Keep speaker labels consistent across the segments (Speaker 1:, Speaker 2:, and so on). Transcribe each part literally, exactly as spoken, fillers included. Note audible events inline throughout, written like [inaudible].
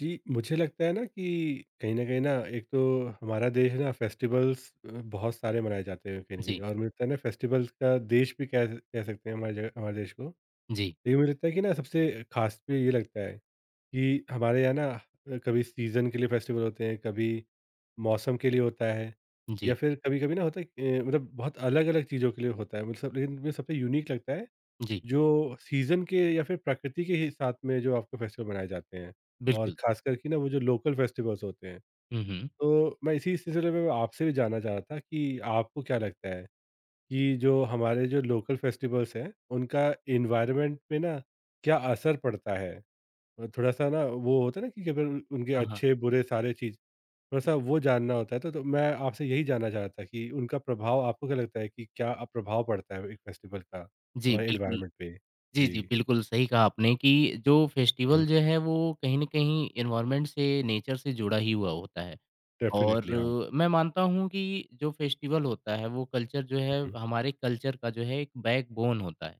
Speaker 1: जी, मुझे लगता है ना कि कहीं न कहीं ना एक तो हमारा देश ना फेस्टिवल्स अ, बहुत सारे मनाए जाते हैं कहीं न कहीं
Speaker 2: जी,
Speaker 1: और मुझे लगता है ना फेस्टिवल्स का देश भी कह कह सकते हैं हमारी जगह हमारे देश को।
Speaker 2: जी,
Speaker 1: लेकिन मुझे लगता है कि ना सबसे ख़ास पे ये लगता है कि हमारे यहाँ ना अ, कभी सीज़न के लिए फेस्टिवल होते हैं, कभी मौसम के लिए होता है
Speaker 2: जी,
Speaker 1: या फिर कभी-कभी ना होता है अ, मतलब बहुत अलग-अलग चीज़ों के लिए होता है मतलब सब। लेकिन मुझे सबसे यूनिक लगता है
Speaker 2: जी,
Speaker 1: जो सीज़न के या फिर प्रकृति के ही साथ में जो आपके फेस्टिवल मनाए जाते हैं और
Speaker 2: बिल्कुल।
Speaker 1: ख़ासकर कि ना वो जो लोकल फेस्टिवल्स होते हैं।
Speaker 2: हुँ, हुँ।
Speaker 1: तो मैं इसी सिलसिले में आपसे भी जानना चाह रहा था कि आपको क्या लगता है कि जो हमारे जो लोकल फेस्टिवल्स हैं, उनका एनवायरनमेंट पे ना क्या असर पड़ता है? और थोड़ा-सा ना वो होता है ना कि अगर उनके
Speaker 2: हाँ, हाँ।
Speaker 1: अच्छे बुरे सारे चीज़ थोड़ा-सा वो जानना होता है तो तो मैं आपसे यही जानना चाह रहा था कि उनका प्रभाव आपको क्या लगता है कि क्या प्रभाव पड़ता है एक फेस्टिवल का
Speaker 2: जी,
Speaker 1: हमारे
Speaker 2: बिल्कुल।
Speaker 1: एनवायरनमेंट पे?
Speaker 2: जी, जी,
Speaker 1: जी।
Speaker 2: बिल्कुल सही कहा आपने कि जो फेस्टिवल जो है वो कहीं न कहीं एनवायरनमेंट से, नेचर से जुड़ा ही हुआ होता है और
Speaker 1: डेफ़िनिटली हाँ। हुँ,
Speaker 2: मैं मानता हूँ कि जो फेस्टिवल होता है वो कल्चर जो है
Speaker 1: हुँ।
Speaker 2: हमारे कल्चर का जो है एक बैकबोन होता है,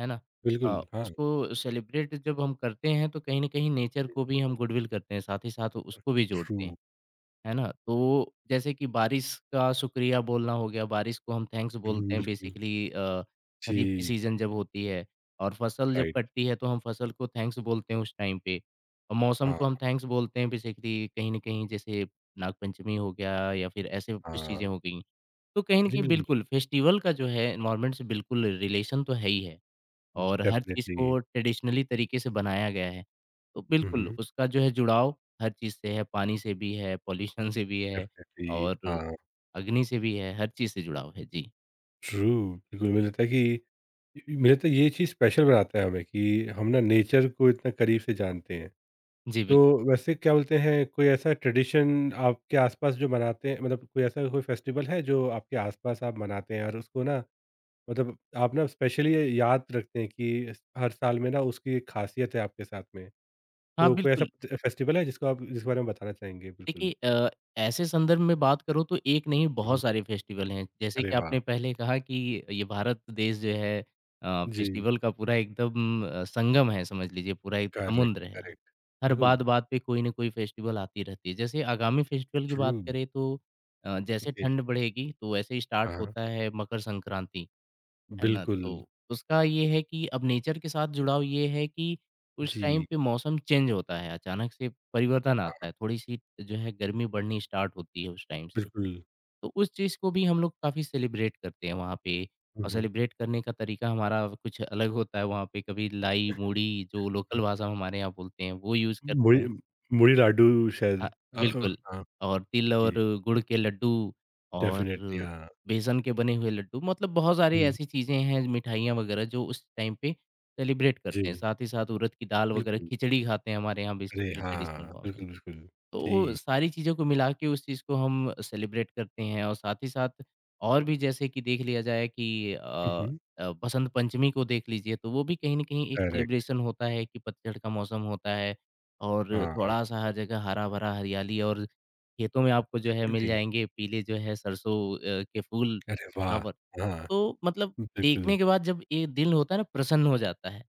Speaker 2: है ना? अ,
Speaker 1: बिल्कुल, हाँ।
Speaker 2: उसको सेलिब्रेट जब हम करते हैं तो कहीं न कहीं नेचर को भी हम गुडविल करते हैं, साथ ही साथ उसको भी
Speaker 1: ट्रू।
Speaker 2: जोड़ते हैं। है ना? तो जैसे कि बारिश का शुक्रिया बोलना हो गया, बारिश को हम थैंक्स बोलते
Speaker 1: हुँ,
Speaker 2: हैं
Speaker 1: बिल्कुल।
Speaker 2: बेसिकली अ, खरीफ की
Speaker 1: जी,
Speaker 2: सीज़न जब होती है और फसल जब
Speaker 1: राइट।
Speaker 2: कटती है तो हम फसल को थैंक्स बोलते हैं उस टाइम पे। और मौसम
Speaker 1: हाँ,
Speaker 2: को हम थैंक्स बोलते हैं बेसिकली कहीं न कहीं जैसे नागपंचमी हो गया या फिर ऐसे कुछ चीज़ें
Speaker 1: हाँ।
Speaker 2: हो गईं। तो कहीं न
Speaker 1: जी,
Speaker 2: कहीं
Speaker 1: बिल्कुल।
Speaker 2: बिल्कुल फेस्टिवल का जो है एनवायरनमेंट से बिल्कुल रिलेशन तो है ही है। और हर चीज़
Speaker 1: डेफ़िनिटली।
Speaker 2: को ट्रेडिशनली तरीके से बनाया गया है। तो
Speaker 1: हुँ,
Speaker 2: बिल्कुल,
Speaker 1: हुँ।
Speaker 2: उसका जो है जुड़ाव हर चीज़ से है, पानी से भी है, पॉल्यूशन से भी है
Speaker 1: डेफ़िनिटली,
Speaker 2: और
Speaker 1: हाँ।
Speaker 2: अग्नि से भी है, हर चीज़ से जुड़ाव है। जी।
Speaker 1: ट्रू, बिल्कुल मुझे लगता है कि मुझे लगता है ये चीज़ स्पेशल बनाता है हमें कि हम ना
Speaker 2: जी,
Speaker 1: नेचर को इतना करीब से जानते हैं।
Speaker 2: जी
Speaker 1: तो
Speaker 2: बिल्कुल।
Speaker 1: वैसे क्या बोलते हैं कोई ऐसा ट्रेडिशन आपके आस-पास जो मनाते हैं मतलब कोई ऐसा कोई फेस्टिवल है जो आपके आस-पास आप मनाते हैं और उसको ना मतलब आप ना स्पेशली ये याद रखते हैं कि इस हर साल में ना उसकी एक ख़ासियत है आपके साथ में।
Speaker 2: हाँ,
Speaker 1: तो कोई ऐसा
Speaker 2: बिल्कुल।
Speaker 1: फ़ फेस्टिवल है जिसको आप जिसके बारे में बताना चाहेंगे? बिल्कुल।
Speaker 2: देखिए अ, ऐसे संदर्भ में बात करूँ तो एक नहीं
Speaker 1: हुँ,
Speaker 2: बहुत
Speaker 1: हुँ।
Speaker 2: सारे फेस्टिवल हैं। जैसे
Speaker 1: अरे
Speaker 2: कि
Speaker 1: वाह!
Speaker 2: आपने पहले कहा कि ये भारत देश जो है अ,
Speaker 1: जी।
Speaker 2: फेस्टिवल का पूरा एकदम अ, संगम है समझ लीजिए, पूरा एक
Speaker 1: करेक्ट,
Speaker 2: समुद्र है।
Speaker 1: करेक्ट।
Speaker 2: हर
Speaker 1: बिल्कुल।
Speaker 2: बात-बात पे कोई न कोई फेस्टिवल आती रहती है। जैसे आगामी फेस्टिवल की
Speaker 1: ट्रू।
Speaker 2: बात करें तो अ, जैसे
Speaker 1: ओके।
Speaker 2: ठंड बढ़ेगी तो वैसे ही स्टार्ट
Speaker 1: हाँ, हाँ।
Speaker 2: होता है मकर संक्रांति। है ना?
Speaker 1: बिल्कुल।
Speaker 2: तो उसका ये है कि अब नेचर के साथ जुड़ाव ये है कि उस टाइम
Speaker 1: जी,
Speaker 2: पे मौसम चेंज होता है, अचानक से परिवर्तन आता है, थोड़ी-सी जो है गर्मी बढ़नी स्टार्ट होती है उस टाइम से।
Speaker 1: बिल्कुल।
Speaker 2: तो उस चीज़ को भी हम लोग काफ़ी सेलिब्रेट करते हैं वहाँ पे
Speaker 1: हुँ,
Speaker 2: और
Speaker 1: हुँ।
Speaker 2: सेलिब्रेट करने का तरीका हमारा कुछ अलग होता है वहाँ पे, कभी लाई, मूढ़ी जो
Speaker 1: हुँ।
Speaker 2: लोकल भाषा में हमारे यहाँ बोलते हैं, वो यूज़ करते
Speaker 1: मुड़ी
Speaker 2: हैं।
Speaker 1: मुड़ी लाडू शायद।
Speaker 2: हाँ,
Speaker 1: अ अ,
Speaker 2: बिल्कुल
Speaker 1: हाँ,
Speaker 2: और तिल और
Speaker 1: जी।
Speaker 2: गुड़ के लड्डू और
Speaker 1: डेफ़िनिटली हाँ।
Speaker 2: बेसन के बने हुए लड्डू मतलब बहुत सारी
Speaker 1: हुँ,
Speaker 2: ऐसी चीज़ें हैं, मिठाइयाँ वग़ैरह जो उस टाइम पे सेलिब्रेट करते हैं।
Speaker 1: जी,
Speaker 2: साथ ही साथ उड़द की दाल वग़ैरह
Speaker 1: बिल्कुल।
Speaker 2: खिचड़ी खाते हैं हमारे यहाँ
Speaker 1: अरे
Speaker 2: बेसिकली ट्रेडिशनल
Speaker 1: हाँ!
Speaker 2: फॉर्म में।
Speaker 1: बिल्कुल, बिल्कुल।
Speaker 2: तो वो
Speaker 1: जी।
Speaker 2: सारी चीज़ों को मिला के उस चीज़ को हम सेलिब्रेट करते हैं और साथ ही साथ और भी जैसे कि देख लिया जाए कि
Speaker 1: हुँ,
Speaker 2: अ
Speaker 1: हुँ।
Speaker 2: अ, बसंत पंचमी को देख लीजिए तो वो भी कहीं न कहीं एक
Speaker 1: करेक्ट।
Speaker 2: सेलिब्रेशन होता है कि पतझड़ का मौसम होता है और
Speaker 1: हाँ, बिल्कुल।
Speaker 2: थोड़ा-सा हर जगह हरा-भरा हरियाली और खेतों में आपको जो है मिल
Speaker 1: डेफ़िनिटली।
Speaker 2: जाएँगे पीले जो है सरसों अ, के फूल,
Speaker 1: अरे वाह!
Speaker 2: फ्लावर।
Speaker 1: हाँ,
Speaker 2: तो मतलब देखने
Speaker 1: बिल्कुल।
Speaker 2: के बाद जब ये दिल होता है ना प्रसन्न हो जाता है।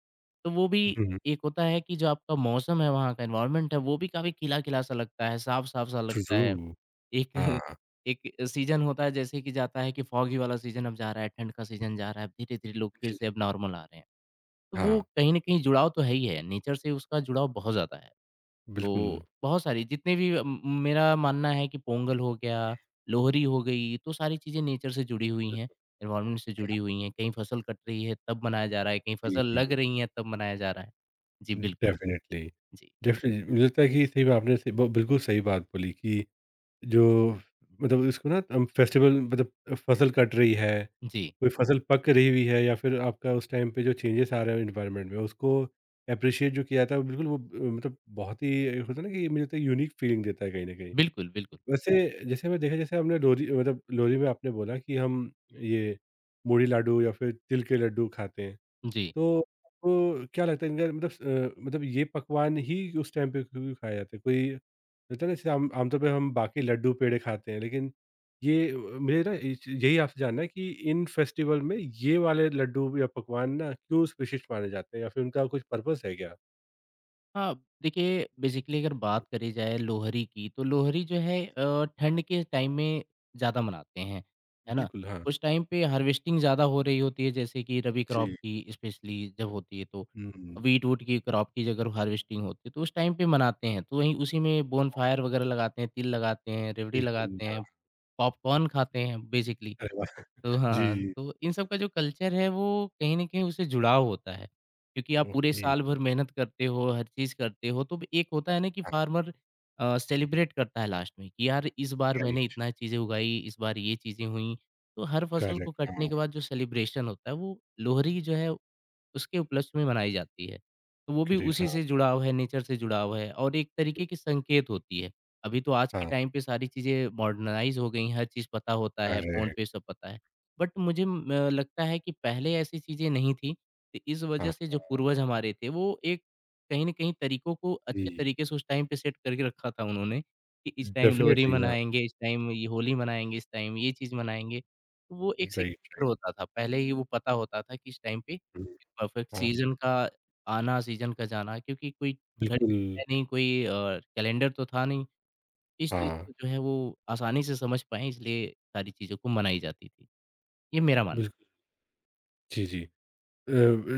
Speaker 2: तो वो भी
Speaker 1: हुँ,
Speaker 2: एक होता है कि जो आपका मौसम है, वहाँ का एनवायरनमेंट है, वो भी काफ़ी खिला-खिला सा लगता है, साफ-साफ सा लगता
Speaker 1: ट्रू।
Speaker 2: है। एक
Speaker 1: हाँ,
Speaker 2: [laughs] एक सीज़न होता है जैसे कि जाता है कि फॉगी वाला सीज़न अब जा रहा है, ठंड का सीज़न जा रहा है, अब धीरे-धीरे लोग फिर
Speaker 1: जी,
Speaker 2: से अब नॉर्मल आ रहे हैं। तो वो
Speaker 1: हाँ,
Speaker 2: कहीं न कहीं जुड़ाव तो है ही है, नेचर से उसका जुड़ाव बहुत ज़्यादा है।
Speaker 1: बिल्कुल।
Speaker 2: तो बहुत सारी जितने भी अ, म मेरा मानना है कि पोंगल हो गया, लोहरी हो गई, तो सारी चीज़ें नेचर से जुड़ी हुई हैं, एनवायरनमेंट से जुड़ी हुई हैं। कहीं फसल कट रही है तब मनाया जा रहा है, कहीं
Speaker 1: जी,
Speaker 2: फसल
Speaker 1: जी,
Speaker 2: लग रही है तब मनाया जा रहा है। जी, बिल्कुल।
Speaker 1: डेफ़िनिटली,
Speaker 2: जी,
Speaker 1: डेफ़िनिटली मुझे लगता है कि सही में आपने सही ब बिल्कुल सही बात बोली कि जो मतलब इसको ना हम फेस्टिवल मतलब फसल कट रही है,
Speaker 2: जी।
Speaker 1: कोई फसल पक रही हुई है या फिर आपका उस टाइम पे जो चेंजेस आ रहे हैं एनवायरनमेंट में उसको एप्रिशिएट जो किया जाता है, बिल्कुल वो अ, मतलब बहुत ही होता है ना कि मुझे लगता है यूनिक फीलिंग देता है कहीं न कहीं।
Speaker 2: बिल्कुल, बिल्कुल।
Speaker 1: वैसे जैसे मैं देखा जैसे हमने लोरी मतलब लोरी में आपने बोला कि हम ये मूढ़ी लाडू या फिर तिल के लड्डू खाते हैं।
Speaker 2: जी।
Speaker 1: तो आपको क्या लगता है इनका मतलब अ, मतलब ये पकवान ही उस टाइम पे क्यों खाए जाते हैं? कोई होता है ना जैसे आम आमतौर पे हम बाकी लड्डू पेड़े खाते हैं लेकिन ये अ, मुझे ना ये च- यही आपसे जानना है कि इन फेस्टिवल में ये वाले लड्डू या पकवान ना क्यों विशिष्ट माने जाते हैं या फिर उनका कुछ पर्पस है क्या?
Speaker 2: हाँ, देखिए बेसिकली अगर बात करी जाए लोहरी की तो लोहरी जो है अ, ठंड के टाइम में ज़्यादा मनाते हैं, है ना?
Speaker 1: बिल्कुल हाँ।
Speaker 2: उस टाइम पे हार्वेस्टिंग ज़्यादा हो रही होती है जैसे कि रबी क्रॉप
Speaker 1: जी।
Speaker 2: की स्पेशली जब होती है तो
Speaker 1: हुँ,
Speaker 2: व्हीट वूट की क्रॉप की अगर हार्वेस्टिंग होती है तो उस टाइम पे मनाते हैं। तो वहीं उसी में बोनफायर वगैरह लगाते हैं, तिल लगाते हैं, रेवड़ी
Speaker 1: बिल्कुल
Speaker 2: लगाते
Speaker 1: हाँ।
Speaker 2: हैं, पॉपकॉर्न खाते हैं बेसिकली।
Speaker 1: अरे वाह!
Speaker 2: तो हाँ,
Speaker 1: जी,
Speaker 2: हाँ, तो इन सब का जो कल्चर है वो कहीं न कहीं उससे जुड़ाव होता है, क्योंकि आप पूरे
Speaker 1: ओके।
Speaker 2: साल भर मेहनत करते हो, हर चीज़ करते हो, तो एक होता है ना कि फार्मर अ, सेलिब्रेट करता है लास्ट में कि यार इस बार मैंने
Speaker 1: राइट,
Speaker 2: इतना चीज़ें उगाई, इस बार ये चीज़ें हुईं, तो हर फसल को
Speaker 1: करेक्ट,
Speaker 2: कटने
Speaker 1: हाँ,
Speaker 2: के बाद जो सेलिब्रेशन होता है वो लोहरी जो है उसके उपलक्ष्य में मनाई जाती है। तो वो भी
Speaker 1: ग्रेट,
Speaker 2: उसी
Speaker 1: हाँ,
Speaker 2: से जुड़ाव है, नेचर से जुड़ाव है और एक तरीके की संकेत होती है। अभी तो आज के
Speaker 1: हाँ,
Speaker 2: टाइम पे सारी चीज़ें मॉडर्नाइज़ हो गई हैं, हर चीज़ पता होता है, फ़ोन
Speaker 1: करेक्ट,
Speaker 2: पे सब पता है। बट मुझे म लगता है कि पहले ऐसी चीज़ें नहीं थी, तो इस वजह
Speaker 1: हाँ,
Speaker 2: से जो पूर्वज हमारे थे, वो एक कहीं न कहीं तरीकों को अच्छे
Speaker 1: जी,
Speaker 2: तरीके से उस टाइम पे सेट करके रखा था उन्होंने, कि इस टाइम लोहड़ी
Speaker 1: डेफ़िनेटली, हाँ,
Speaker 2: मनाएँगे, इस टाइम ये होली मनाएँगे, इस टाइम ये चीज़ मनाएँगे। तो वो एक
Speaker 1: राइट,
Speaker 2: सिग्नेचर
Speaker 1: राइट,
Speaker 2: होता था, पहले ही वो पता होता था कि इस टाइम पे एक
Speaker 1: हुँ,
Speaker 2: परफेक्ट
Speaker 1: हाँ,
Speaker 2: सीज़न का आना, सीज़न का जाना क्योंकि कोई घड़ी
Speaker 1: बिल्कुल,
Speaker 2: है नहीं, कोई अ, कैलेंडर तो था नहीं। इस चीज़
Speaker 1: हाँ,
Speaker 2: को जो है वो आसानी से समझ पाएँ इसलिए सारी चीज़ों को मनाई जाती थी। ये मेरा मानना है।
Speaker 1: बिल्कुल, जी, जी। अ,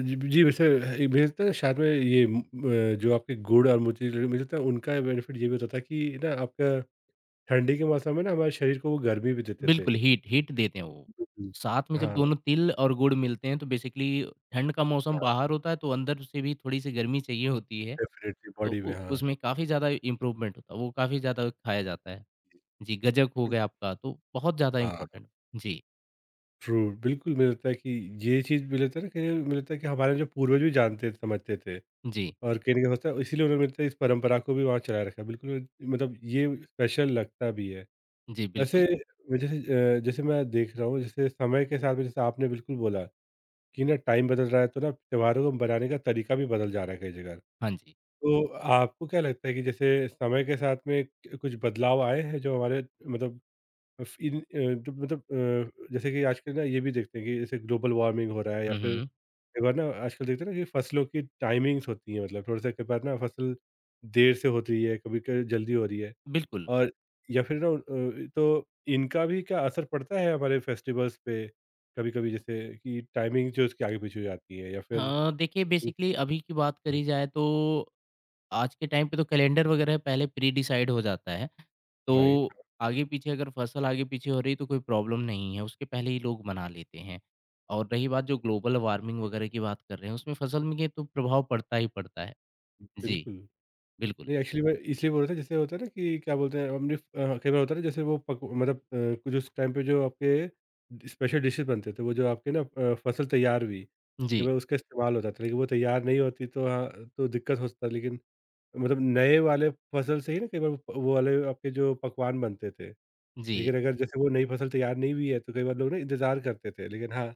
Speaker 1: जी जी, वैसे एक मुझे लगता है शायद में ये उम अ, जो आपके गुड़ और मुझे मुझे लगता है उनका बेनिफिट ये भी होता था कि ना आपका ठंडी के मौसम में ना हमारे शरीर को वो गर्मी भी देते थे।
Speaker 2: बिल्कुल, हीट हीट देते हैं वो।
Speaker 1: बिल्कुल,
Speaker 2: साथ में जब
Speaker 1: हाँ,
Speaker 2: दोनों तिल और गुड़ मिलते हैं तो बेसिकली ठंड का मौसम
Speaker 1: हाँ,
Speaker 2: बाहर होता है तो अंदर से भी थोड़ी-सी गर्मी चाहिए होती है,
Speaker 1: डेफ़िनेटली
Speaker 2: तो
Speaker 1: बॉडी में,
Speaker 2: उ
Speaker 1: हाँ,
Speaker 2: उसमें काफ़ी ज़्यादा इम्प्रूवमेंट होता है, वो काफ़ी ज़्यादा खाया जाता है। जी, गज्जक हो गया आपका तो बहुत ज़्यादा
Speaker 1: हाँ,
Speaker 2: इम्पोर्टेंट जी,
Speaker 1: ट्रू, बिल्कुल मुझे लगता है कि ये चीज़ मुझे लगता है ना कहीं मुझे लगता है कि हमारे जो पूर्वज भी जानते समझते थे।
Speaker 2: जी,
Speaker 1: और कहीं न कहीं होता है इसीलिए उन्होंने मिलता है इस परंपरा को भी वहाँ चलाए रखा है। बिल्कुल मतलब ये स्पेशल लगता भी है।
Speaker 2: जी, बिल्कुल।
Speaker 1: वैसे जैसे अ, जैसे मैं देख रहा हूँ जैसे समय के साथ में जैसे आपने बिल्कुल बोला कि ना टाइम बदल रहा है तो ना त्योहारों को मनाने का तरीका भी बदल जा रहा है कई जगह।
Speaker 2: हाँ जी।
Speaker 1: तो आपको क्या लगता है कि जैसे समय के साथ में कुछ बदलाव आए हैं जो हमारे मतलब इन अ, जो मतलब अ, जैसे कि आजकल ना ये भी देखते हैं कि जैसे ग्लोबल वार्मिंग हो रहा है या
Speaker 2: हुँ,
Speaker 1: फिर
Speaker 2: हुँ,
Speaker 1: कई बार ना आजकल देखते हैं ना कि फसलों की टाइमिंग्स होती हैं मतलब थोड़ा-सा कई बार ना फसल देर से होती है, कभी क जल्दी हो रही है
Speaker 2: बिल्कुल।
Speaker 1: और या फिर ना अ, तो इनका भी क्या असर पड़ता है हमारे फेस्टिवल्स पे? कभी-कभी जैसे कि टाइमिंग जो उसकी आगे-पीछे हो जाती है या फिर
Speaker 2: अ, देखिए
Speaker 1: हुँ,
Speaker 2: बेसिकली अभी की बात
Speaker 1: हुँ,
Speaker 2: करी जाए तो आज के टाइम पे तो कैलेंडर वगैरह पहले प्री डिसाइड हो जाता है। तो
Speaker 1: राइट,
Speaker 2: आगे पीछे अगर फसल आगे पीछे हो रही है तो कोई प्रॉब्लम नहीं है, उसके पहले ही लोग मना लेते हैं। और रही बात जो ग्लोबल वार्मिंग वगैरह की बात कर रहे हैं उसमें फसल में ये तो प्रभाव पड़ता ही पड़ता है। जी,
Speaker 1: बिल्कुल।
Speaker 2: बिल्कुल।
Speaker 1: नहीं एक्चुअली मैं इसलिए बोल रहा था जैसे होता है ना कि क्या बोलते हैं हमने अ, कई बार होता है ना जैसे वो पक मतलब अ, कुछ उस टाइम पे जो आपके स्पेशल डिशेस बनते थे वो जो आपके ना अ, फसल तैयार हुई कई
Speaker 2: जी,
Speaker 1: बार उसका इस्तेमाल होता था लेकिन वो तैयार नहीं होती तो हाँ तो दिक्कत होता था। लेकिन मतलब नए वाले फसल से ही ना कई बार वो प- वो वाले आपके जो पकवान बनते थे
Speaker 2: जी।
Speaker 1: लेकिन अगर जैसे वो नई फसल तैयार नहीं हुई है तो कई बार लोग ना इंतजार करते थे लेकिन हाँ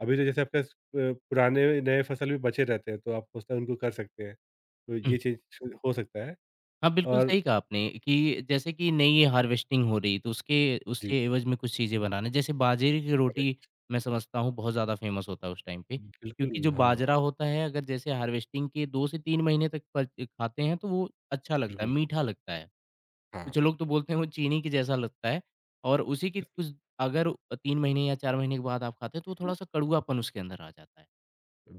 Speaker 1: अभी तो जैसे आपका अ, पुराने नए फसल भी बचे रहते हैं तो आप सोचता है उनको कर सकते हैं तो ये चीज हो सकता है
Speaker 2: हाँ, बिल्कुल
Speaker 1: और
Speaker 2: सही कहा आपने कि जैसे कि नई हार्वेस्टिंग हो रही तो उसके
Speaker 1: जी,
Speaker 2: उसके एवज़ में कुछ चीज़ें बनाना जैसे बाजरे की रोटी
Speaker 1: करेक्ट।
Speaker 2: मैं समझता हूँ बहुत ज़्यादा फ़ेमस होता है उस टाइम पे।
Speaker 1: बिल्कुल,
Speaker 2: क्योंकि जो
Speaker 1: हाँ,
Speaker 2: बाजरा होता है अगर जैसे हार्वेस्टिंग के दो से तीन महीने तक प खाते हैं तो वो अच्छा लगता है,
Speaker 1: बिल्कुल,
Speaker 2: मीठा लगता है।
Speaker 1: हाँ।
Speaker 2: कुछ लोग तो बोलते हैं वो चीनी के जैसा लगता है और उसी के कुछ अगर तीन महीने या चार महीने के बाद आप खाते हैं तो वो
Speaker 1: हम्म,
Speaker 2: थोड़ा-सा कड़वापन उसके अंदर आ जाता है।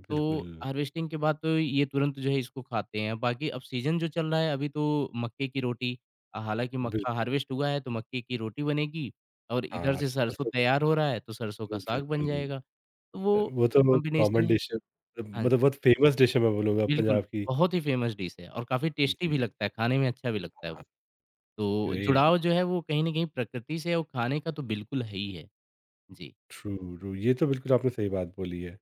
Speaker 1: बिल्कुल,
Speaker 2: तो हार्वेस्टिंग के बाद तो ये तुरंत जो है इसको खाते हैं। बाकी अब सीज़न जो चल रहा है अभी तो मक्के की रोटी अ, हालाँकि मक्का
Speaker 1: बिल्कुल,
Speaker 2: हार्वेस्ट हुआ है तो मक्के की रोटी बनेगी और इधर
Speaker 1: हाँ,
Speaker 2: से सरसों
Speaker 1: सरसों का
Speaker 2: तैयार
Speaker 1: साग,
Speaker 2: हो रहा है तो सरसों का
Speaker 1: अरे
Speaker 2: साग बन जाएगा।
Speaker 1: बिल्कुल।
Speaker 2: तो
Speaker 1: अ,
Speaker 2: वो
Speaker 1: वो
Speaker 2: जो
Speaker 1: तो
Speaker 2: कॉम्बिनेशन
Speaker 1: कॉमन
Speaker 2: है
Speaker 1: डिश है,
Speaker 2: हाँ,
Speaker 1: मतलब बहुत फेमस डिश है मैं बोलूँगा
Speaker 2: बिल्कुल
Speaker 1: पंजाब की।
Speaker 2: बहुत ही फ़ेमस डिश है और काफ़ी टेस्टी
Speaker 1: जी,
Speaker 2: भी लगता है, खाने में अच्छा भी लगता है वो।
Speaker 1: हाँ,
Speaker 2: तो
Speaker 1: ग्रेट,
Speaker 2: जुड़ाव जो है वो कहीं न कहीं प्रकृति से और खाने का तो बिल्कुल है ही है। जी,
Speaker 1: ट्रू, ट्रू, ये तो बिल्कुल आपने सही बात बोली है।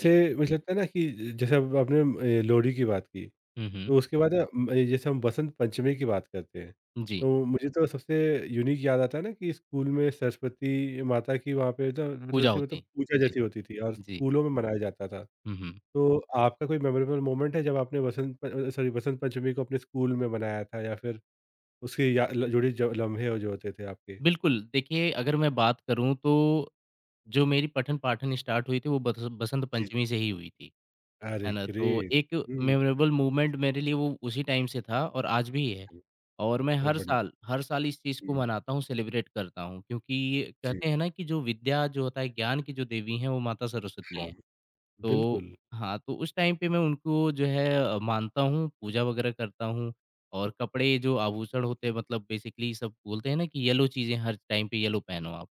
Speaker 2: जी।
Speaker 1: मुझे लगता है ना कि जैसे अब आपने अ, लोहड़ी की बात की।
Speaker 2: हुँ, हुँ।
Speaker 1: तो उसके बाद ना म ये जैसे हम बसंत पंचमी की बात करते हैं,
Speaker 2: जी,
Speaker 1: तो मुझे तो सबसे यूनिक याद आता है ना कि स्कूल में सरस्वती माता की वहाँ पे ना
Speaker 2: पूजा
Speaker 1: थोड़ी-सी
Speaker 2: होती
Speaker 1: मतलब
Speaker 2: है।
Speaker 1: पूजा
Speaker 2: जी,
Speaker 1: जैसी होती थी और
Speaker 2: जी।
Speaker 1: स्कूलों में मनाया जाता था।
Speaker 2: हुँ, हुँ।
Speaker 1: तो आपका कोई मेमोरेबल मोमेंट है जब आपने बसंत प अ, सॉरी बसंत पंचमी को अपने स्कूल में मनाया था या फिर उसके या ल जुड़े जो लम्हे हो जो होते थे आपके?
Speaker 2: बिल्कुल, देखिए अगर मैं बात करूँ तो जो मेरी पठन-पाठन स्टार्ट हुई थी वो बस बसंत
Speaker 1: जी।
Speaker 2: पंचमी से ही हुई थी,
Speaker 1: अरे
Speaker 2: है ना? तो
Speaker 1: ग्रेट!
Speaker 2: एक
Speaker 1: हुँ,
Speaker 2: मेमोरेबल मोमेंट मेरे लिए वो उसी टाइम से था और आज भी है।
Speaker 1: हुँ।
Speaker 2: और मैं
Speaker 1: अरे
Speaker 2: हर
Speaker 1: बढ़िया।
Speaker 2: साल हर साल इस चीज़ को
Speaker 1: हुँ।
Speaker 2: मनाता हूँ, सेलिब्रेट करता हूँ क्योंकि
Speaker 1: जी,
Speaker 2: कहते हैं ना कि जो विद्या जो होता है, ज्ञान की जो देवी हैं वो माता सरस्वती
Speaker 1: हाँ।
Speaker 2: हैं। तो
Speaker 1: बिल्कुल,
Speaker 2: हाँ, तो उस टाइम पे मैं उनको जो है अ, मानता हूँ, पूजा वगैरह करता हूँ और कपड़े जो आभूषण होते हैं मतलब बेसिकली सब बोलते हैं ना कि येलो चीज़ें हर टाइम पे येलो पहनो आप।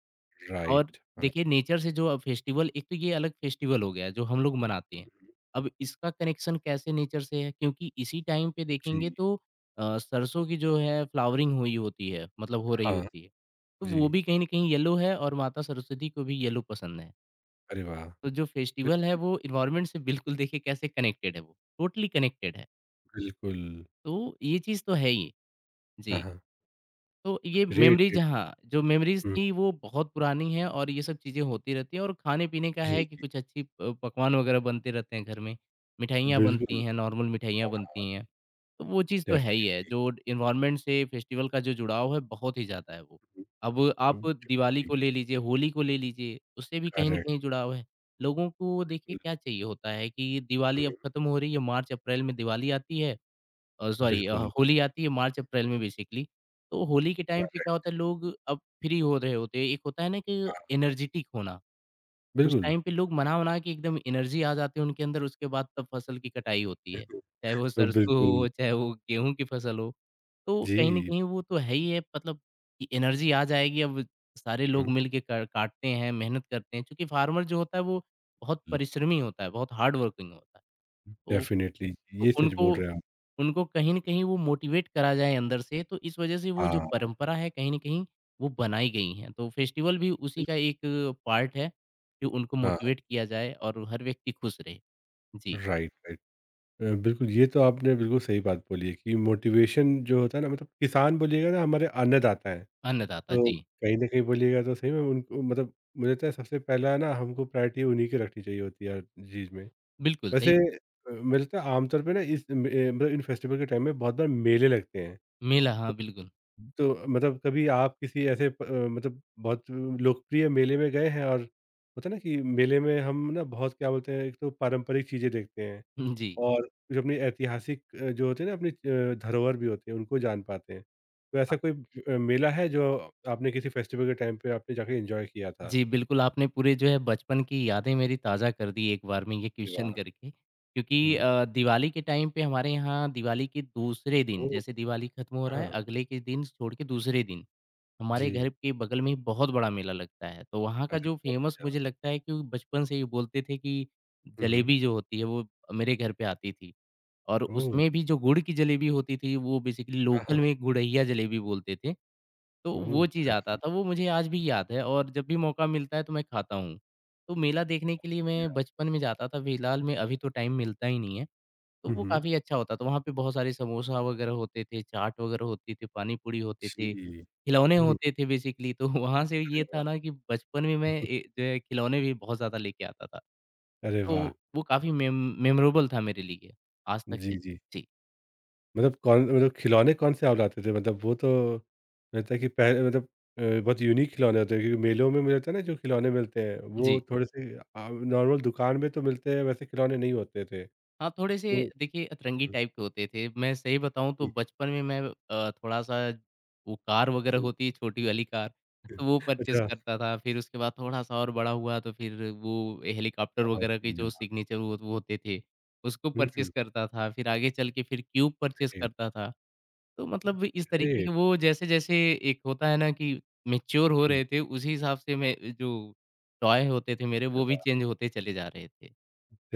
Speaker 2: और
Speaker 1: राइट। हाँ,
Speaker 2: देखिए नेचर से जो अब फेस्टिवल एक तो ये अलग फेस्टिवल हो गया जो हम लोग मनाते हैं। अब इसका कनेक्शन कैसे नेचर से है क्योंकि इसी टाइम पे
Speaker 1: जी।
Speaker 2: देखेंगे तो अ, सरसों की जो है फ्लावरिंग हुई होती है मतलब हो रही
Speaker 1: हाँ।
Speaker 2: होती है। तो वो
Speaker 1: जी।
Speaker 2: भी कहीं न कहीं येलो है और माता सरस्वती को भी येलो पसंद है।
Speaker 1: अरे वाह!
Speaker 2: तो जो फेस्टिवल
Speaker 1: बिल
Speaker 2: है वो एनवायरनमेंट से बिल्कुल देखिए कैसे कनेक्टेड है वो, टोटली कनेक्टेड है।
Speaker 1: बिल्कुल।
Speaker 2: तो ये चीज़ तो है ही।
Speaker 1: हाँ,
Speaker 2: जी,
Speaker 1: हाँ।
Speaker 2: तो ये
Speaker 1: ग्रेट,
Speaker 2: मेमोरीज़
Speaker 1: ग्रेट।
Speaker 2: हाँ, जो मेमोरीज़
Speaker 1: हुँ,
Speaker 2: थी वो बहुत पुरानी है और ये सब चीज़ें होती रहती हैं और खाने-पीने का
Speaker 1: जी,
Speaker 2: है कि कुछ अच्छी प पकवान वगैरह बनते रहते हैं घर में। मिठाइयाँ बनती
Speaker 1: बिल्कुल,
Speaker 2: हैं, नॉर्मल मिठाइयाँ बनती हैं। वो चीज़ तो है ही है,
Speaker 1: डेफ़िनेटली।
Speaker 2: जो एनवायरनमेंट से फेस्टिवल का जो जुड़ाव है, बहुत ही ज़्यादा है वो।
Speaker 1: हुँ,
Speaker 2: अब
Speaker 1: हुँ,
Speaker 2: आप दिवाली
Speaker 1: डेफ़िनेटली,
Speaker 2: को ले लीजिए, होली को ले लीजिए, उससे भी कहीं न
Speaker 1: करेक्ट,
Speaker 2: कहीं जुड़ाव है। लोगों को देखिए क्या चाहिए होता है कि दिवाली अब
Speaker 1: बिल्कुल,
Speaker 2: खत्म हो रही है, मार्च-अप्रैल में दिवाली आती है अ, सॉरी अ,
Speaker 1: बिल्कुल,
Speaker 2: होली आती है मार्च-अप्रैल में बेसिकली। तो होली के टाइम पे क्या
Speaker 1: करेक्ट,
Speaker 2: होता है लोग अब फ्री हो रहे होते हैं, एक होता है ना कि
Speaker 1: हाँ,
Speaker 2: एनर्जेटिक होना। उस
Speaker 1: बिल्कुल
Speaker 2: टाइम पे लोग मना-वना के एकदम एनर्जी आ जाती है उनके अंदर, उसके बाद तब फसल की कटाई होती है। चाहे वो
Speaker 1: अ,
Speaker 2: सरसों
Speaker 1: बिल्कुल,
Speaker 2: हो, चाहे वो गेहूँ की फसल हो। तो कहीं न
Speaker 1: जी,
Speaker 2: कहीं वो तो है ही है मतलब कि एनर्जी आ जाएगी अब सारे लोग
Speaker 1: हुँ,
Speaker 2: मिल के क काटते हैं, मेहनत करते हैं। चूँकि फार्मर जो होता है वो बहुत
Speaker 1: हुँ,
Speaker 2: परिश्रमी होता है, बहुत हार्ड वर्किंग होता है। तो
Speaker 1: डेफ़िनेटली,
Speaker 2: तो
Speaker 1: ये सच
Speaker 2: उनको
Speaker 1: बोल रहे हैं आप।
Speaker 2: उनको कहीं न कहीं वो मोटिवेट करा जाए अंदर से, तो इस वजह से वो जो
Speaker 1: हाँ,
Speaker 2: परंपरा है कहीं न कहीं वो बनाई गई हैं। तो फेस्टिवल भी उसी
Speaker 1: बिल
Speaker 2: का एक पार्ट है कि उनको
Speaker 1: हाँ,
Speaker 2: मोटिवेट किया जाए और हर व्यक्ति खुश रहे। जी,
Speaker 1: राइट, राइट। अ, बिल्कुल, ये तो आपने बिल्कुल सही बात बोली है कि मोटिवेशन जो होता है ना मतलब किसान बोलिएगा ना हमारे अन्नदाता हैं,
Speaker 2: अन्नदाता
Speaker 1: तो
Speaker 2: जी,
Speaker 1: कहीं न कहीं बोलिएगा तो सही में उनको मतलब मुझे लगता है सबसे पहला ना हमको प्रायोरिटी उन्हीं की रखनी चाहिए होती है हर चीज़ में।
Speaker 2: बिल्कुल सही
Speaker 1: वैसे अ, मुझे लगता है आमतौर पे ना इस म ए, मतलब इन फेस्टिवल के टाइम में बहुत बार मेले लगते हैं।
Speaker 2: मेला हाँ, बिल्कुल। [laughs]
Speaker 1: तो मतलब कभी आप किसी ऐसे प अ, मतलब बहुत लोकप्रिय मेले में गए हैं? और होता है ना कि मेले में हम ना बहुत क्या बोलते हैं, एक तो पारंपरिक चीज़ें देखते हैं
Speaker 2: हुँ, जी।
Speaker 1: और जो अपनी ऐतिहासिक अ, जो होते हैं ना अपनी अ, धरोहर भी होती है, उनको जान पाते हैं। तो
Speaker 2: अ,
Speaker 1: ऐसा कोई अ, मेला है जो आपने किसी फेस्टिवल के टाइम पे आपने जाके एन्जॉय किया था?
Speaker 2: जी, बिल्कुल आपने पूरे जो है बचपन की यादें मेरी ताज़ा कर दी एक बार में ये
Speaker 1: अरे
Speaker 2: क्वेश्चन
Speaker 1: वाह!
Speaker 2: करके। क्योंकि
Speaker 1: हुँ,
Speaker 2: अ, दिवाली के टाइम पे हमारे यहाँ दिवाली के दूसरे दिन
Speaker 1: ओह!
Speaker 2: जैसे दिवाली खत्म हो रहा है,
Speaker 1: हाँ,
Speaker 2: अगले के दिन छोड़ के दूसरे दिन हमारे
Speaker 1: जी।
Speaker 2: घर के बगल में ही बहुत बड़ा मेला लगता है, तो वहाँ का
Speaker 1: अरे
Speaker 2: जो
Speaker 1: बहुत
Speaker 2: फ़ेमस
Speaker 1: बढ़िया।
Speaker 2: मुझे लगता है कि वो बचपन से ही बोलते थे कि
Speaker 1: हुँ, हुँ।
Speaker 2: जलेबी जो होती है वो मेरे घर पे आती थी और
Speaker 1: ओह!
Speaker 2: उसमें भी जो गुड़ की जलेबी होती थी वो बेसिकली
Speaker 1: हाँ,
Speaker 2: लोकल
Speaker 1: हाँ।
Speaker 2: में गुड़इया जलेबी बोलते थे, तो
Speaker 1: ओह!
Speaker 2: वो चीज़
Speaker 1: बढ़िया,
Speaker 2: आता था, वो मुझे आज भी याद है और जब भी मौका मिलता है तो मैं खाता हूँ। तो मेला देखने के लिए
Speaker 1: बढ़िया।
Speaker 2: मैं बचपन में जाता था, फिलहाल में अभी तो टाइम मिलता ही नहीं है। तो
Speaker 1: हुँ,
Speaker 2: वो
Speaker 1: हुँ।
Speaker 2: काफ़ी अच्छा होता था। वहाँ पे बहुत सारे समोसा वगैरह होते थे, चाट वगैरह होती थी, पानी पूरी होते थे,
Speaker 1: जी।
Speaker 2: खिलौने
Speaker 1: हुँ,
Speaker 2: होते थे बेसिकली। तो वहाँ से
Speaker 1: अरे
Speaker 2: ये था
Speaker 1: वाह!
Speaker 2: ना कि बचपन में मैं ए, जो है खिलौने भी बहुत ज़्यादा लेके आता था।
Speaker 1: अरे
Speaker 2: तो
Speaker 1: वाह!
Speaker 2: वो काफ़ी मेम मेमोरेबल था मेरे लिए, आज तक है।
Speaker 1: जी, जी।
Speaker 2: जी,
Speaker 1: मतलब कौन मतलब खिलौने कौन-से आप लाते थे? मतलब वो तो मुझे लगता है कि पहले मतलब अ, बहुत यूनिक खिलौने होते हैं क्योंकि मेलों में मुझे लगता है ना जो खिलौने मिलते हैं वो
Speaker 2: जी।
Speaker 1: थोड़े-से अ, नॉर्मल दुकान में तो मिलते हैं वैसे खिलौने नहीं होते थे।
Speaker 2: हाँ, थोड़े से
Speaker 1: तो
Speaker 2: देखिए अतरंगी
Speaker 1: हुँ,
Speaker 2: टाइप के होते थे। मैं सही बताऊँ तो
Speaker 1: जी,
Speaker 2: बचपन में मैं अ, थोड़ा-सा वो कार वग़ैरह
Speaker 1: हुँ,
Speaker 2: होती है छोटी वाली कार,
Speaker 1: हुँ।
Speaker 2: तो वो परचेज़
Speaker 1: अच्छा,
Speaker 2: करता था। फिर उसके बाद थोड़ा-सा और बड़ा हुआ तो फिर वो हेलीकॉप्टर
Speaker 1: बहुत
Speaker 2: वग़ैरह के जो
Speaker 1: बढ़िया।
Speaker 2: सिग्नेचर वो वो होते थे, उसको
Speaker 1: हुँ,
Speaker 2: परचेज़
Speaker 1: हुँ।
Speaker 2: करता था। फिर आगे चल के फिर क्यूब परचेज़
Speaker 1: ग्रेट,
Speaker 2: करता था। तो मतलब इस तरीके के
Speaker 1: ग्रेट।
Speaker 2: वो जैसे-जैसे एक होता है ना कि मैच्योर हो
Speaker 1: हुँ,
Speaker 2: रहे थे, उसी हिसाब से मैं जो टॉय होते थे मेरे
Speaker 1: अरे
Speaker 2: वो भी
Speaker 1: वाह!
Speaker 2: चेंज होते चले जा रहे थे।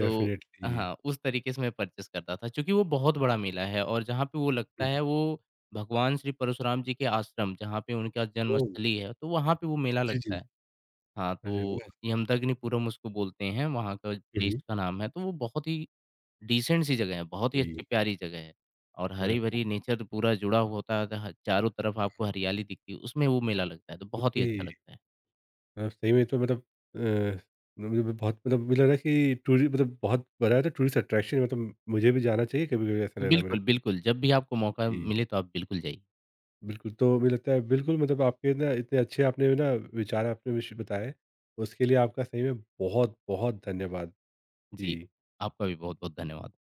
Speaker 2: तो हाँ, उस तरीके से मैं परचेज़ करता था। चूँकि वो बहुत बड़ा मेला है और जहाँ पे वो लगता
Speaker 1: हुँ,
Speaker 2: है
Speaker 1: हुँ।
Speaker 2: वो भगवान श्री परशुराम जी के आश्रम जहाँ पे उनका
Speaker 1: ओह!
Speaker 2: जन्मस्थली है, तो वहाँ पे वो मेला
Speaker 1: जी,
Speaker 2: लगता
Speaker 1: जी।
Speaker 2: है। हाँ,
Speaker 1: अरे
Speaker 2: तो
Speaker 1: वाह!
Speaker 2: यमदग्निपुरम उसको बोलते हैं, वहाँ का
Speaker 1: हुँ,
Speaker 2: प्लेस
Speaker 1: हुँ।
Speaker 2: का नाम है। तो वो बहुत ही डिसेंट सी जगह है, बहुत ही
Speaker 1: जी,
Speaker 2: अच्छी प्यारी जगह है और
Speaker 1: अरे वाह!
Speaker 2: हरी-भरी नेचर पूरा जुड़ा हुआ होता है, ह चारों तरफ आपको हरियाली दिखती है, उसमें वो मेला लगता है, तो बहुत ही
Speaker 1: ओके।
Speaker 2: अच्छा लगता है।
Speaker 1: हाँ, सही में तो मतलब अ, मुझे भी बहुत मतलब मुझे लग रहा है कि टूरि मतलब बहुत बड़ा है तो टूरिस्ट अट्रैक्शन मतलब मुझे भी जाना चाहिए कभी-कभी ऐसा लग रहा है मेरे
Speaker 2: बिल्कुल,
Speaker 1: को।
Speaker 2: बिल्कुल, जब भी आपको मौका
Speaker 1: जी।
Speaker 2: मिले तो आप बिल्कुल जाइए।
Speaker 1: बिल्कुल, तो मुझे लगता है बिल्कुल मतलब आपके ना इतने अच्छे आपने ना विचार आपने विश बताए, उसके लिए आपका सही में बहुत-बहुत धन्यवाद।
Speaker 2: जी,
Speaker 1: जी।
Speaker 2: आपका भी बहुत-बहुत धन्यवाद।